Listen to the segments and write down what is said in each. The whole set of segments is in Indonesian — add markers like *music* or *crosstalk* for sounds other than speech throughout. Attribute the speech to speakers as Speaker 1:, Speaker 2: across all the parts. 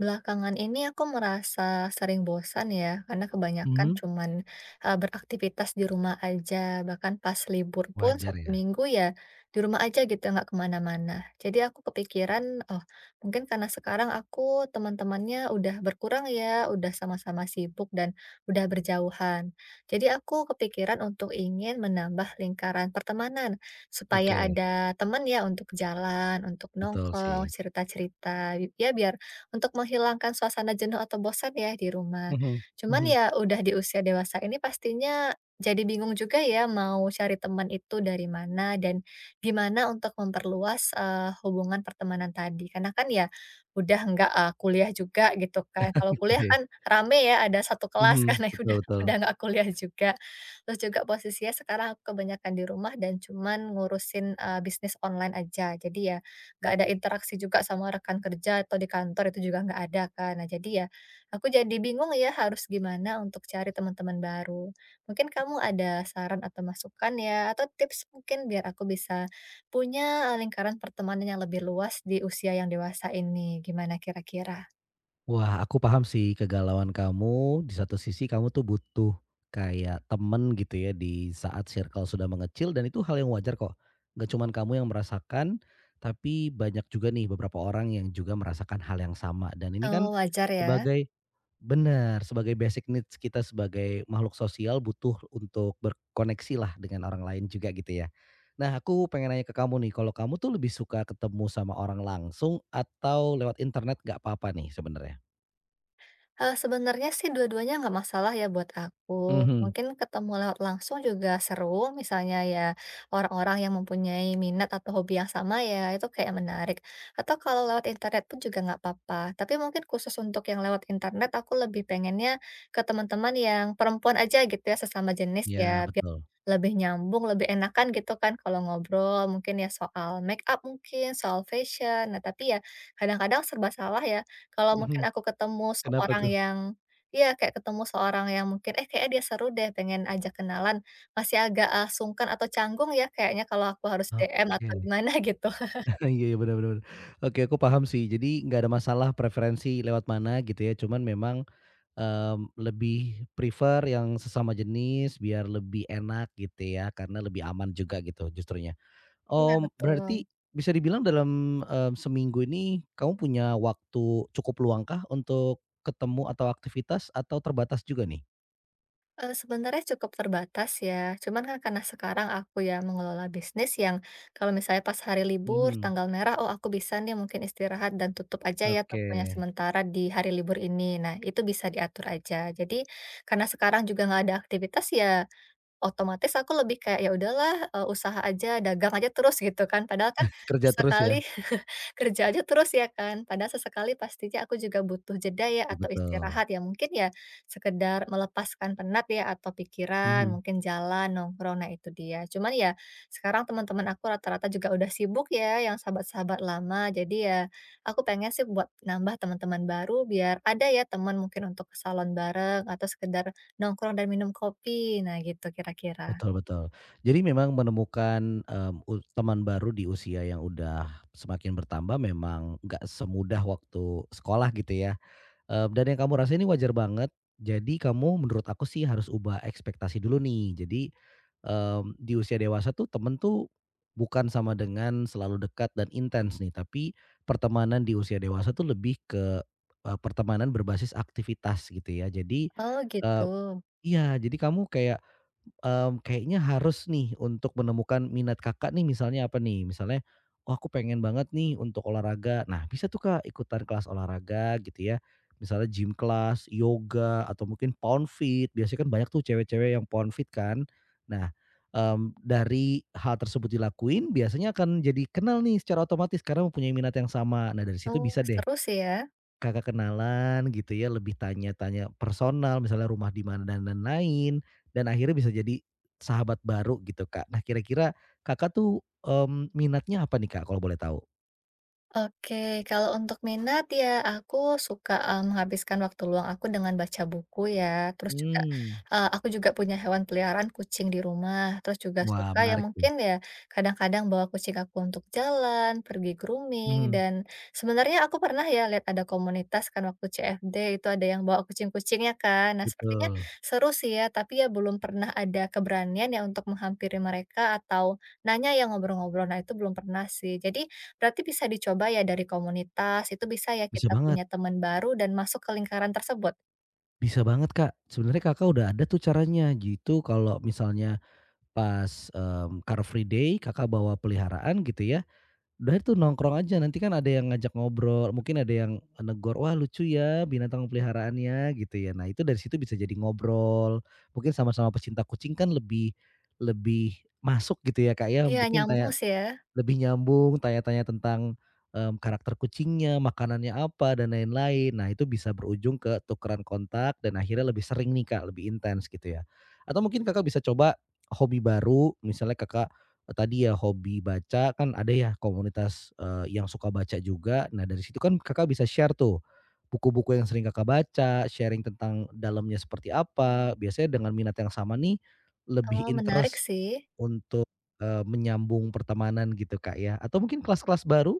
Speaker 1: Belakangan ini aku merasa sering bosan ya, karena kebanyakan
Speaker 2: Mhm,
Speaker 1: cuman, beraktivitas di rumah aja, bahkan pas libur pun
Speaker 2: wajar
Speaker 1: Sabtu
Speaker 2: ya.
Speaker 1: Minggu ya di rumah aja gitu, nggak kemana-mana. Jadi aku kepikiran, oh mungkin karena sekarang aku teman-temannya udah berkurang ya, udah sama-sama sibuk dan udah berjauhan. Jadi aku kepikiran untuk ingin menambah lingkaran pertemanan, supaya
Speaker 2: Oke,
Speaker 1: ada teman ya untuk jalan, untuk
Speaker 2: betul
Speaker 1: nongkrong,
Speaker 2: sih.
Speaker 1: cerita-cerita, ya biar untuk menghilangkan suasana jenuh atau bosan ya di rumah.
Speaker 2: Mhm,
Speaker 1: Cuman
Speaker 2: mhm.
Speaker 1: ya udah di usia dewasa ini pastinya jadi bingung juga ya mau cari teman itu dari mana dan gimana untuk memperluas, hubungan pertemanan tadi. Karena kan ya udah nggak, kuliah juga gitu kan. Kalau kuliah
Speaker 2: Oke.
Speaker 1: kan rame ya ada satu kelas
Speaker 2: Mhm,
Speaker 1: *laughs* karena ya
Speaker 2: betul
Speaker 1: udah
Speaker 2: betul.
Speaker 1: nggak kuliah juga. Terus juga posisinya sekarang aku kebanyakan di rumah dan cuman ngurusin, bisnis online aja. Jadi ya nggak ada interaksi juga sama rekan kerja atau di kantor itu juga nggak ada kan. Nah jadi ya, aku jadi bingung ya harus gimana untuk cari teman-teman baru. Mungkin kamu ada saran atau masukan ya, atau tips mungkin biar aku bisa punya lingkaran pertemanan yang lebih luas di usia yang dewasa ini. Gimana kira-kira?
Speaker 2: Wah, aku paham sih kegalauan kamu, di satu sisi kamu tuh butuh kayak temen gitu ya di saat circle sudah mengecil dan itu hal yang wajar kok. Nggak cuman kamu yang merasakan, tapi banyak juga nih beberapa orang yang juga merasakan hal yang sama dan ini kan
Speaker 1: Oh wajar ya?
Speaker 2: sebagai benar sebagai basic needs kita sebagai makhluk sosial butuh untuk berkoneksi lah dengan orang lain juga gitu ya. Nah aku pengen nanya ke kamu nih, kalau kamu tuh lebih suka ketemu sama orang langsung atau lewat internet nggak apa-apa nih sebenarnya?
Speaker 1: Sebenarnya sih dua-duanya nggak masalah ya buat aku.
Speaker 2: Mhm.
Speaker 1: Mungkin ketemu lewat langsung juga seru, misalnya ya orang-orang yang mempunyai minat atau hobi yang sama ya, itu kayak menarik. Atau kalau lewat internet pun juga nggak apa-apa. Tapi mungkin khusus untuk yang lewat internet, aku lebih pengennya ke teman-teman yang perempuan aja gitu ya, sesama jenis
Speaker 2: Ya
Speaker 1: ya, biar
Speaker 2: betul.
Speaker 1: lebih nyambung, lebih enakan gitu kan kalau ngobrol. Mungkin ya soal make up mungkin, soal fashion. Nah, tapi ya kadang-kadang serba salah ya kalau
Speaker 2: Mhm,
Speaker 1: mungkin aku ketemu
Speaker 2: kenapa
Speaker 1: seorang
Speaker 2: tuh?
Speaker 1: yang iya, kayak ketemu seorang yang mungkin, kayaknya dia seru deh, pengen ajak kenalan, masih agak, sungkan atau canggung ya kayaknya kalau aku harus DM atau
Speaker 2: Oke.
Speaker 1: gimana *laughs* gitu.
Speaker 2: *laughs* Iya iya, benar bener. Oke, aku paham sih, jadi nggak ada masalah preferensi lewat mana gitu ya, cuman memang lebih prefer yang sesama jenis biar lebih enak gitu ya, karena lebih aman juga gitu justrunya.
Speaker 1: Iya,
Speaker 2: Om berarti
Speaker 1: betul.
Speaker 2: bisa dibilang dalam, seminggu ini kamu punya waktu cukup luangkah untuk ketemu atau aktivitas atau terbatas juga nih?
Speaker 1: Sebenarnya cukup terbatas ya, cuman kan karena sekarang aku ya mengelola bisnis yang kalau misalnya pas hari libur,
Speaker 2: Mhm,
Speaker 1: tanggal merah, oh, aku bisa nih mungkin istirahat dan tutup aja ya
Speaker 2: oke.
Speaker 1: tokonya sementara di hari libur ini. Nah, itu bisa diatur aja. Jadi, karena sekarang juga nggak ada aktivitas ya otomatis aku lebih kayak, ya udahlah, usaha aja, dagang aja terus gitu kan. Padahal kan
Speaker 2: Kerja terus ya?
Speaker 1: sekali kerja aja terus ya kan, padahal sesekali pastinya aku juga butuh jeda ya
Speaker 2: Iya,
Speaker 1: atau
Speaker 2: betul,
Speaker 1: istirahat ya, mungkin ya sekedar melepaskan penat ya atau pikiran,
Speaker 2: mhm,
Speaker 1: mungkin jalan, nongkrong, nah itu dia. Cuman ya sekarang teman-teman aku rata-rata juga udah sibuk ya yang sahabat-sahabat lama, jadi ya aku pengen sih buat nambah teman-teman baru biar ada ya teman mungkin untuk ke salon bareng atau sekedar nongkrong dan minum kopi, nah gitu kira-kira.
Speaker 2: betul betul. Jadi memang menemukan, mmm, u teman baru di usia yang udah semakin bertambah memang nggak semudah waktu sekolah gitu ya? Dan yang kamu rasain ini wajar banget. Jadi kamu menurut aku sih harus ubah ekspektasi dulu nih. Jadi, di usia dewasa tuh temen tuh bukan sama dengan selalu dekat dan intens nih, tapi pertemanan di usia dewasa tuh lebih ke, pertemanan berbasis aktivitas gitu ya. Jadi,
Speaker 1: Oh gitu,
Speaker 2: eee iya, jadi kamu kayak kayaknya harus nih untuk menemukan minat Kakak nih misalnya apa nih? Misalnya, "Oh aku pengen banget nih untuk olahraga." Nah bisa tuh Kak ikutan kelas olahraga gitu ya, misalnya gym class, yoga, atau mungkin pound fit. Biasanya kan banyak tuh cewek-cewek yang pound fit kan. Nah, dari hal tersebut dilakuin biasanya akan jadi kenal nih secara otomatis karena mempunyai minat yang sama. Nah dari situ
Speaker 1: oh
Speaker 2: bisa deh
Speaker 1: seru sih ya.
Speaker 2: Kakak kenalan gitu ya, lebih tanya-tanya personal, misalnya rumah di mana dan lain-lain, dan akhirnya bisa jadi sahabat baru gitu, Kak. Nah, kira-kira Kakak tuh, minatnya apa nih, Kak, kalau boleh tahu?
Speaker 1: Oke, kalau untuk minat ya aku suka, menghabiskan waktu luang aku dengan baca buku ya, terus juga,
Speaker 2: Mmm,
Speaker 1: aku juga punya hewan peliharaan kucing di rumah, terus juga
Speaker 2: wah
Speaker 1: suka ya
Speaker 2: menarik tuh.
Speaker 1: mungkin ya kadang-kadang bawa kucing aku untuk jalan, pergi grooming,
Speaker 2: Mhm,
Speaker 1: dan sebenarnya aku pernah ya lihat ada komunitas kan waktu CFD itu ada yang bawa kucing-kucingnya kan. Nah sepertinya
Speaker 2: betul.
Speaker 1: seru sih ya, tapi ya belum pernah ada keberanian ya untuk menghampiri mereka atau nanya ya ngobrol-ngobrol, nah itu belum pernah sih. Jadi berarti bisa dicoba ya dari komunitas, itu bisa ya
Speaker 2: Bisa
Speaker 1: kita
Speaker 2: banget
Speaker 1: punya teman baru dan masuk ke lingkaran tersebut?
Speaker 2: bisa banget, Kak. Sebenarnya Kakak udah ada tuh caranya, gitu kalau misalnya pas, Car Free Day Kakak bawa peliharaan gitu ya. Udah itu nongkrong aja, nanti kan ada yang ngajak ngobrol, mungkin ada yang negor, "Wah lucu ya binatang peliharaannya," gitu ya. Nah itu dari situ bisa jadi ngobrol, mungkin sama-sama pecinta kucing kan lebih lebih masuk gitu ya Kak ya,
Speaker 1: Iya
Speaker 2: mungkin
Speaker 1: nyambung
Speaker 2: tanya
Speaker 1: sih ya.
Speaker 2: lebih nyambung, tanya-tanya tentang, karakter kucingnya, makanannya apa, dan lain-lain. Nah, itu bisa berujung ke tukeran kontak dan akhirnya lebih sering nih, Kak, lebih intens gitu ya. Atau mungkin Kakak bisa coba hobi baru, misalnya Kakak, tadi ya hobi baca, kan ada ya komunitas, yang suka baca juga. Nah, dari situ kan Kakak bisa share tuh, buku-buku yang sering Kakak baca, sharing tentang dalamnya seperti apa, biasanya dengan minat yang sama nih, lebih
Speaker 1: Oh menarik
Speaker 2: interest
Speaker 1: sih.
Speaker 2: untuk, menyambung pertemanan gitu, Kak, ya? Atau mungkin kelas-kelas baru?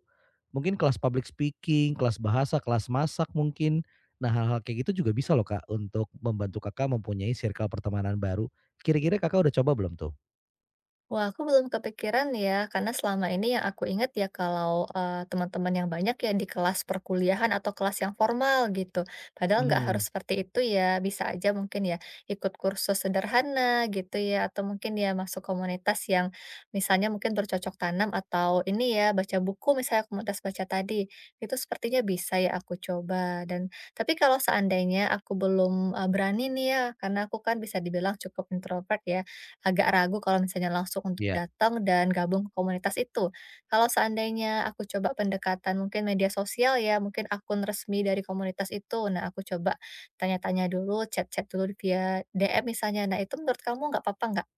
Speaker 2: Mungkin kelas public speaking, kelas bahasa, kelas masak mungkin. Nah, hal-hal kayak gitu juga bisa loh, Kak, untuk membantu Kakak mempunyai circle pertemanan baru. Kira-kira Kakak udah coba belum tuh?
Speaker 1: Wah, aku belum kepikiran ya, karena selama ini yang aku ingat ya kalau teman-teman yang banyak ya di kelas perkuliahan atau kelas yang formal gitu. Padahal nggak harus
Speaker 2: Mhm,
Speaker 1: seperti itu ya, bisa aja mungkin ya ikut kursus sederhana gitu ya, atau mungkin ya masuk komunitas yang misalnya mungkin bercocok tanam atau ini ya baca buku misalnya komunitas baca tadi. Itu sepertinya bisa ya aku coba. Dan tapi kalau seandainya aku belum berani nih ya, karena aku kan bisa dibilang cukup introvert ya agak ragu kalau misalnya langsung untuk
Speaker 2: iya.
Speaker 1: datang dan gabung ke komunitas itu. Kalau seandainya aku coba pendekatan mungkin media sosial ya, mungkin akun resmi dari komunitas itu. Nah, aku coba tanya-tanya dulu, chat-chat dulu via DM misalnya. Nah, itu menurut kamu nggak apa-apa nggak?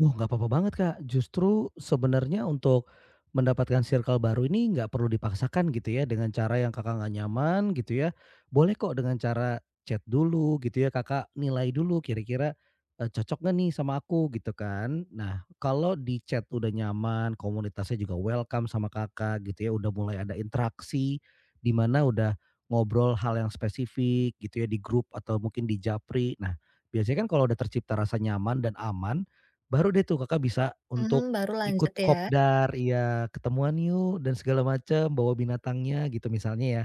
Speaker 2: Oh, nggak apa-apa banget, Kak. Justru sebenarnya untuk mendapatkan circle baru ini nggak perlu dipaksakan gitu ya dengan cara yang Kakak nggak nyaman gitu ya. Boleh kok dengan cara chat dulu gitu ya, Kakak nilai dulu kira-kira, cocok nggak nih sama aku gitu kan. Nah, kalau di chat udah nyaman, komunitasnya juga welcome sama Kakak gitu ya, udah mulai ada interaksi, di mana udah ngobrol hal yang spesifik gitu ya di grup atau mungkin di japri. Nah, biasanya kan kalau udah tercipta rasa nyaman dan aman, baru deh tuh Kakak bisa
Speaker 1: Mhm,
Speaker 2: untuk
Speaker 1: baru lanjut
Speaker 2: ikut
Speaker 1: ya.
Speaker 2: kopdar iya, ketemuan yuk dan segala macam, bawa binatangnya gitu misalnya ya.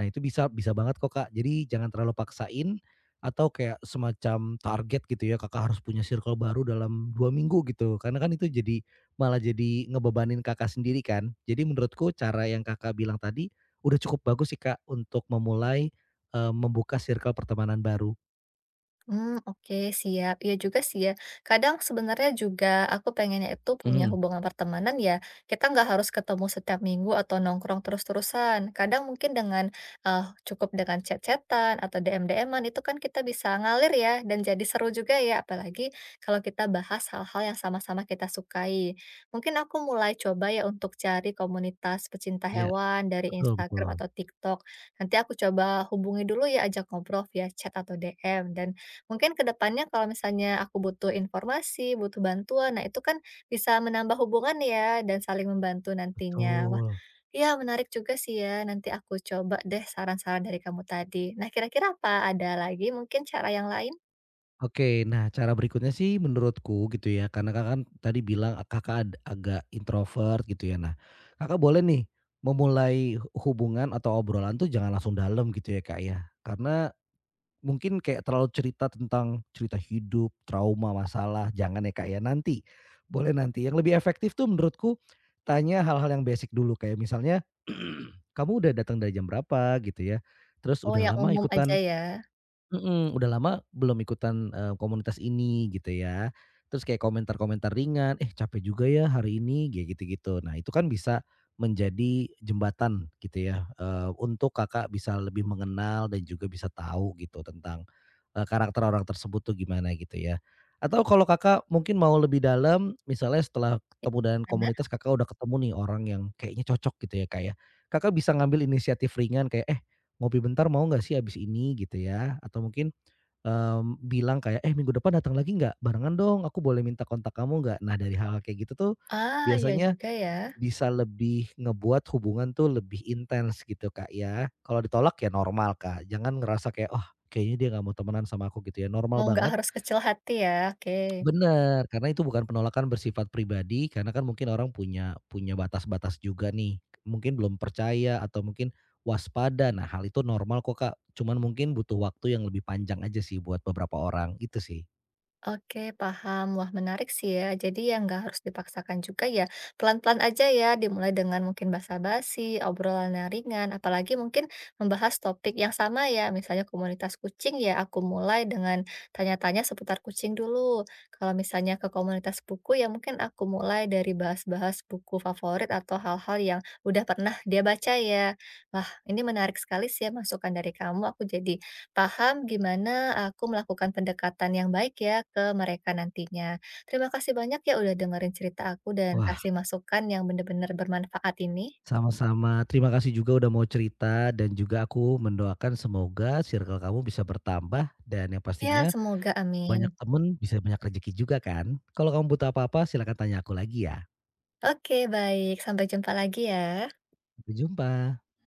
Speaker 2: Nah itu bisa bisa banget kok Kak, jadi jangan terlalu paksain atau kayak semacam target gitu ya, Kakak harus punya circle baru dalam 2 minggu gitu, karena kan itu jadi malah jadi ngebebanin Kakak sendiri kan. Jadi menurutku cara yang Kakak bilang tadi udah cukup bagus sih Kak untuk memulai, membuka circle pertemanan baru.
Speaker 1: Hmm, oke siap. Iya juga sih ya, kadang sebenarnya juga aku pengennya itu punya
Speaker 2: Mhm,
Speaker 1: hubungan pertemanan ya, kita nggak harus ketemu setiap minggu atau nongkrong terus-terusan. Kadang mungkin dengan, cukup dengan chat-chat-an atau DM-DM-an itu kan kita bisa ngalir ya dan jadi seru juga ya, apalagi kalau kita bahas hal-hal yang sama-sama kita sukai. Mungkin aku mulai coba ya untuk cari komunitas pecinta
Speaker 2: iya,
Speaker 1: hewan dari
Speaker 2: betul betul,
Speaker 1: Instagram atau TikTok. Nanti aku coba hubungi dulu ya, ajak ngobrol via chat atau DM dan mungkin ke depannya kalau misalnya aku butuh informasi, butuh bantuan, nah itu kan bisa menambah hubungan ya dan saling membantu nantinya. Wah,
Speaker 2: betul.
Speaker 1: iya menarik juga sih ya, nanti aku coba deh saran-saran dari kamu tadi. Nah kira-kira apa ada lagi mungkin cara yang lain?
Speaker 2: Oke, nah cara berikutnya sih menurutku gitu ya, karena Kakak kan tadi bilang ah, Kakak ad agak introvert gitu ya. Nah, Kakak boleh nih memulai hubungan atau obrolan tuh jangan langsung dalam gitu ya, Kak, ya. Karena mungkin kayak terlalu cerita tentang cerita hidup, trauma, masalah, jangan ya, Kak, ya. Nanti, boleh nanti. Yang lebih efektif tuh menurutku tanya hal-hal yang basic dulu kayak misalnya, *clears throat* "Kamu udah datang dari jam berapa?" gitu ya. Terus,
Speaker 1: Oh
Speaker 2: "Udah
Speaker 1: yang
Speaker 2: lama
Speaker 1: umum aja
Speaker 2: ikutan
Speaker 1: ya?
Speaker 2: Mhm, udah lama belum ikutan, komunitas ini gitu ya." Terus kayak komentar-komentar ringan, "Eh, capek juga ya hari ini," kayak gitu-gitu. Nah, itu kan bisa menjadi jembatan gitu ya, untuk Kakak bisa lebih mengenal dan juga bisa tahu gitu tentang, karakter orang tersebut tuh gimana gitu ya. Atau kalau Kakak mungkin mau lebih dalam, misalnya setelah ketemu dengan
Speaker 1: Gimana?
Speaker 2: komunitas Kakak udah ketemu nih orang yang kayaknya cocok gitu ya, Kak, ya. Kakak bisa ngambil inisiatif ringan kayak, "Eh ngopi bentar mau nggak sih abis ini gitu ya, atau mungkin, bilang kayak, "Eh minggu depan datang lagi nggak? Barengan dong, aku boleh minta kontak kamu nggak?" Nah dari hal-hal kayak gitu tuh,
Speaker 1: Ah, iya
Speaker 2: biasanya
Speaker 1: juga ya.
Speaker 2: bisa lebih ngebuat hubungan tuh lebih intens gitu Kak ya. Kalau ditolak ya normal Kak, jangan ngerasa kayak, "Oh kayaknya dia nggak mau temenan sama aku," gitu ya, normal
Speaker 1: Oh nggak
Speaker 2: banget.
Speaker 1: harus kecil hati ya, oke.
Speaker 2: Bener, karena itu bukan penolakan bersifat pribadi, karena kan mungkin orang punya punya batas-batas juga nih, mungkin belum percaya atau mungkin waspada. Nah, hal itu normal kok, Kak, cuman mungkin butuh waktu yang lebih panjang aja sih buat beberapa orang, itu sih.
Speaker 1: Oke, paham. Wah, menarik sih ya. Jadi ya nggak harus dipaksakan juga ya. Pelan-pelan aja ya, dimulai dengan mungkin basa-basi, obrolan yang ringan, apalagi mungkin membahas topik yang sama ya. Misalnya komunitas kucing ya, aku mulai dengan tanya-tanya seputar kucing dulu. Kalau misalnya ke komunitas buku ya mungkin aku mulai dari bahas-bahas buku favorit atau hal-hal yang udah pernah dia baca ya. Wah, ini menarik sekali sih ya masukan dari kamu. Aku jadi paham gimana aku melakukan pendekatan yang baik ya ke mereka nantinya. Terima kasih banyak ya udah dengerin cerita aku dan
Speaker 2: Wah,
Speaker 1: kasih masukan yang benar-benar bermanfaat ini.
Speaker 2: sama-sama. Terima kasih juga udah mau cerita dan juga aku mendoakan semoga circle kamu bisa bertambah dan yang
Speaker 1: Ya,
Speaker 2: pastinya
Speaker 1: semoga amin.
Speaker 2: banyak temen bisa banyak rezeki juga kan. Kalau kamu butuh apa-apa silakan tanya aku lagi ya.
Speaker 1: Oke, baik. Sampai jumpa lagi ya.
Speaker 2: Sampai jumpa.